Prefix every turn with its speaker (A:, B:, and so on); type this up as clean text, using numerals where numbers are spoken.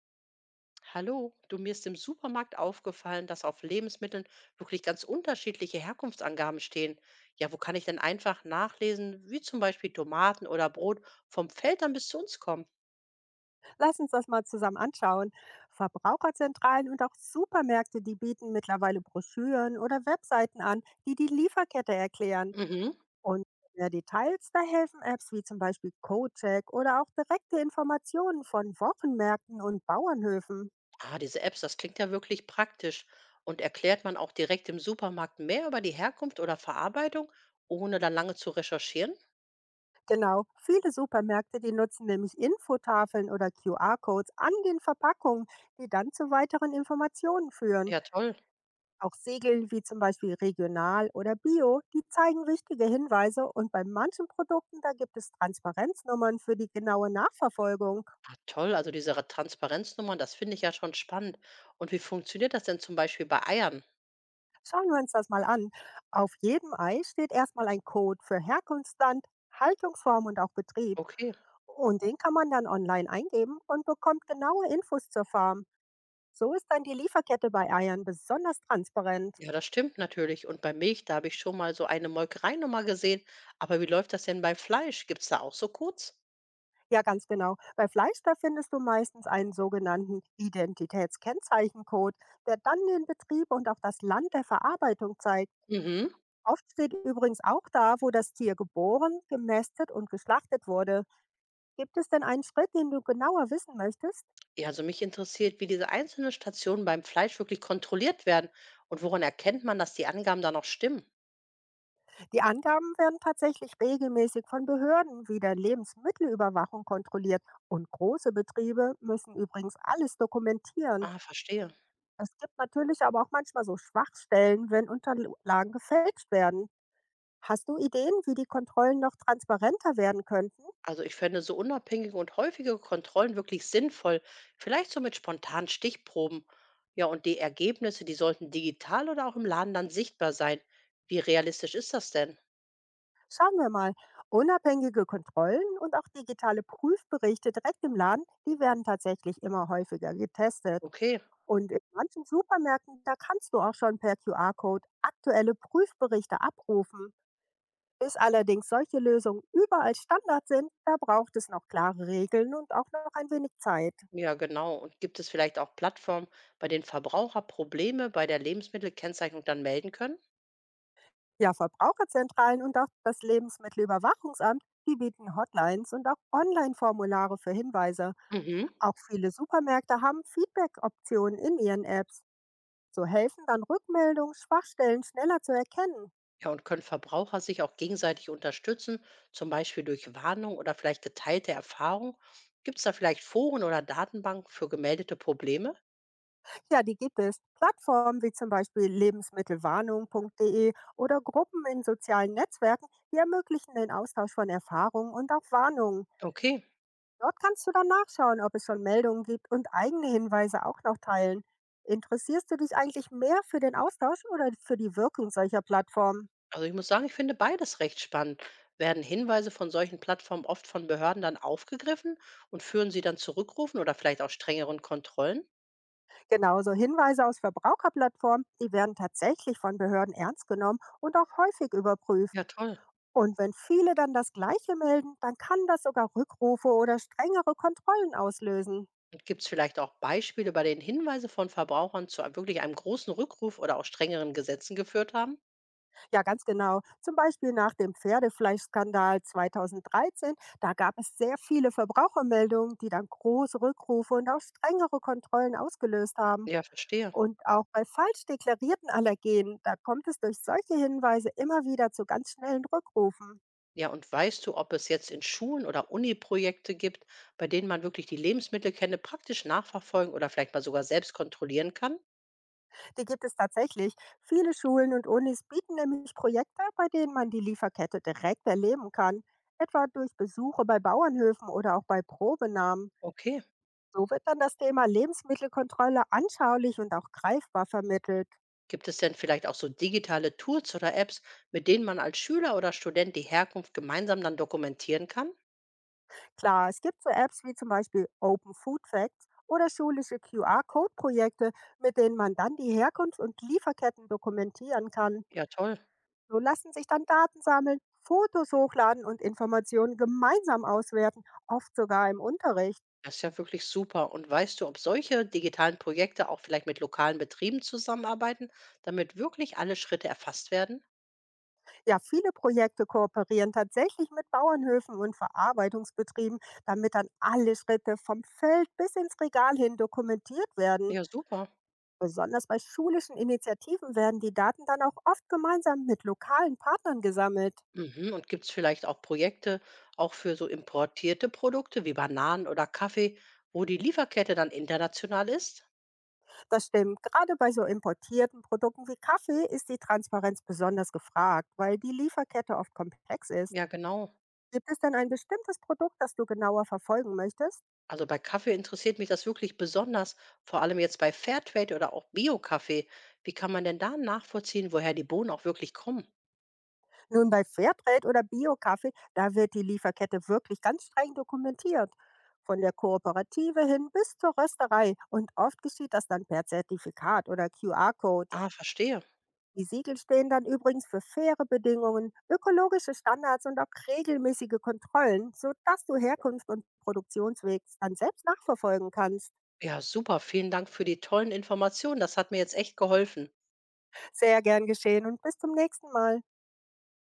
A: Hallo, du, mir ist im Supermarkt aufgefallen, dass auf Lebensmitteln wirklich ganz unterschiedliche Herkunftsangaben stehen. Ja, wo kann ich denn einfach nachlesen, wie zum Beispiel Tomaten oder Brot vom Feld dann bis zu uns kommen?
B: Lass uns das mal zusammen anschauen. Verbraucherzentralen und auch Supermärkte, die bieten mittlerweile Broschüren oder Webseiten an, die die Lieferkette erklären.
A: Mhm.
B: Und mehr Details, da helfen Apps wie zum Beispiel CodeCheck oder auch direkte Informationen von Wochenmärkten und Bauernhöfen.
A: Ah, diese Apps, das klingt ja wirklich praktisch. Und erklärt man auch direkt im Supermarkt mehr über die Herkunft oder Verarbeitung, ohne dann lange zu recherchieren?
B: Genau, viele Supermärkte, die nutzen nämlich Infotafeln oder QR-Codes an den Verpackungen, die dann zu weiteren Informationen führen.
A: Ja, toll.
B: Auch Siegel wie zum Beispiel regional oder bio, die zeigen wichtige Hinweise und bei manchen Produkten, da gibt es Transparenznummern für die genaue Nachverfolgung.
A: Ah, toll, also diese Transparenznummern, das finde ich ja schon spannend. Und wie funktioniert das denn zum Beispiel bei Eiern?
B: Schauen wir uns das mal an. Auf jedem Ei steht erstmal ein Code für Herkunftsland, Haltungsform und auch Betrieb.
A: Okay.
B: Und den kann man dann online eingeben und bekommt genaue Infos zur Farm. So ist dann die Lieferkette bei Eiern besonders transparent.
A: Ja, das stimmt natürlich. Und bei Milch, da habe ich schon mal so eine Molkereinummer gesehen. Aber wie läuft das denn bei Fleisch? Gibt es da auch so Codes?
B: Ja, ganz genau. Bei Fleisch, da findest du meistens einen sogenannten Identitätskennzeichencode, der dann den Betrieb und auch das Land der Verarbeitung zeigt.
A: Mhm.
B: Oft steht übrigens auch da, wo das Tier geboren, gemästet und geschlachtet wurde. Gibt es denn einen Schritt, den du genauer wissen möchtest?
A: Ja, also mich interessiert, wie diese einzelnen Stationen beim Fleisch wirklich kontrolliert werden und woran erkennt man, dass die Angaben da noch stimmen?
B: Die Angaben werden tatsächlich regelmäßig von Behörden wie der Lebensmittelüberwachung kontrolliert und große Betriebe müssen übrigens alles dokumentieren.
A: Ah, verstehe.
B: Es gibt natürlich aber auch manchmal so Schwachstellen, wenn Unterlagen gefälscht werden. Hast du Ideen, wie die Kontrollen noch transparenter werden könnten?
A: Also ich fände so unabhängige und häufige Kontrollen wirklich sinnvoll, vielleicht so mit spontanen Stichproben. Ja, und die Ergebnisse, die sollten digital oder auch im Laden dann sichtbar sein. Wie realistisch ist das denn?
B: Schauen wir mal. Unabhängige Kontrollen und auch digitale Prüfberichte direkt im Laden, die werden tatsächlich immer häufiger getestet.
A: Okay.
B: Und in manchen Supermärkten, da kannst du auch schon per QR-Code aktuelle Prüfberichte abrufen. Bis allerdings solche Lösungen überall Standard sind, da braucht es noch klare Regeln und auch noch ein wenig Zeit.
A: Ja, genau. Und gibt es vielleicht auch Plattformen, bei denen Verbraucher Probleme bei der Lebensmittelkennzeichnung dann melden können?
B: Ja, Verbraucherzentralen und auch das Lebensmittelüberwachungsamt, die bieten Hotlines und auch Online-Formulare für Hinweise.
A: Mhm.
B: Auch viele Supermärkte haben Feedback-Optionen in ihren Apps. So helfen dann Rückmeldungen, Schwachstellen schneller zu erkennen.
A: Ja, und können Verbraucher sich auch gegenseitig unterstützen, zum Beispiel durch Warnung oder vielleicht geteilte Erfahrung? Gibt es da vielleicht Foren oder Datenbanken für gemeldete Probleme?
B: Ja, die gibt es. Plattformen wie zum Beispiel lebensmittelwarnung.de oder Gruppen in sozialen Netzwerken, die ermöglichen den Austausch von Erfahrungen und auch Warnungen.
A: Okay,
B: Dort kannst du dann nachschauen, ob es schon Meldungen gibt und eigene Hinweise auch noch teilen. Interessierst du dich eigentlich mehr für den Austausch oder für die Wirkung solcher Plattformen?
A: also ich muss sagen, ich finde beides recht spannend. Werden Hinweise von solchen Plattformen oft von Behörden dann aufgegriffen und führen sie dann zu Rückrufen oder vielleicht auch strengeren Kontrollen?
B: Genauso Hinweise aus Verbraucherplattformen, die werden tatsächlich von Behörden ernst genommen und auch häufig überprüft.
A: Ja, toll.
B: Und wenn viele dann das Gleiche melden, dann kann das sogar Rückrufe oder strengere Kontrollen auslösen.
A: Gibt es vielleicht auch Beispiele, bei denen Hinweise von Verbrauchern zu wirklich einem großen Rückruf oder auch strengeren Gesetzen geführt haben?
B: Ja, ganz genau. Zum Beispiel nach dem Pferdefleischskandal 2013, da gab es sehr viele Verbrauchermeldungen, die dann große Rückrufe und auch strengere Kontrollen ausgelöst haben.
A: Ja, verstehe.
B: Und auch bei falsch deklarierten Allergenen, da kommt es durch solche Hinweise immer wieder zu ganz schnellen Rückrufen.
A: Ja, und weißt du, ob es jetzt in Schulen oder Uni-Projekte gibt, bei denen man wirklich die Lebensmittelkette praktisch nachverfolgen oder vielleicht mal sogar selbst kontrollieren kann?
B: Die gibt es tatsächlich. Viele Schulen und Unis bieten nämlich Projekte, bei denen man die Lieferkette direkt erleben kann, etwa durch Besuche bei Bauernhöfen oder auch bei Probenahmen.
A: Okay.
B: So wird dann das Thema Lebensmittelkontrolle anschaulich und auch greifbar vermittelt.
A: Gibt es denn vielleicht auch so digitale Tools oder Apps, mit denen man als Schüler oder Student die Herkunft gemeinsam dann dokumentieren kann?
B: Klar, es gibt so Apps wie zum Beispiel Open Food Facts oder schulische QR-Code-Projekte, mit denen man dann die Herkunft und Lieferketten dokumentieren kann.
A: Ja, toll.
B: So lassen sich dann Daten sammeln, Fotos hochladen und Informationen gemeinsam auswerten, oft sogar im Unterricht.
A: Das ist ja wirklich super. Und weißt du, ob solche digitalen Projekte auch vielleicht mit lokalen Betrieben zusammenarbeiten, damit wirklich alle Schritte erfasst werden?
B: Ja, viele Projekte kooperieren tatsächlich mit Bauernhöfen und Verarbeitungsbetrieben, damit dann alle Schritte vom Feld bis ins Regal hin dokumentiert werden.
A: Ja, super.
B: Besonders bei schulischen Initiativen werden die Daten dann auch oft gemeinsam mit lokalen Partnern gesammelt.
A: Mhm. Und gibt es vielleicht auch Projekte auch für so importierte Produkte wie Bananen oder Kaffee, wo die Lieferkette dann international ist?
B: Das stimmt. Gerade bei so importierten Produkten wie Kaffee ist die Transparenz besonders gefragt, weil die Lieferkette oft komplex ist.
A: Ja, genau.
B: Gibt es denn ein bestimmtes Produkt, das du genauer verfolgen möchtest?
A: Also bei Kaffee interessiert mich das wirklich besonders, vor allem jetzt bei Fairtrade oder auch Bio-Kaffee. Wie kann man denn da nachvollziehen, woher die Bohnen auch wirklich kommen?
B: Nun, bei Fairtrade oder Bio-Kaffee, da wird die Lieferkette wirklich ganz streng dokumentiert. Von der Kooperative hin bis zur Rösterei. Und oft geschieht das dann per Zertifikat oder QR-Code.
A: Ah, verstehe.
B: Die Siegel stehen dann übrigens für faire Bedingungen, ökologische Standards und auch regelmäßige Kontrollen, sodass du Herkunft und Produktionsweg dann selbst nachverfolgen kannst.
A: Ja, super. Vielen Dank für die tollen Informationen. Das hat mir jetzt echt geholfen.
B: Sehr gern geschehen und bis zum nächsten Mal.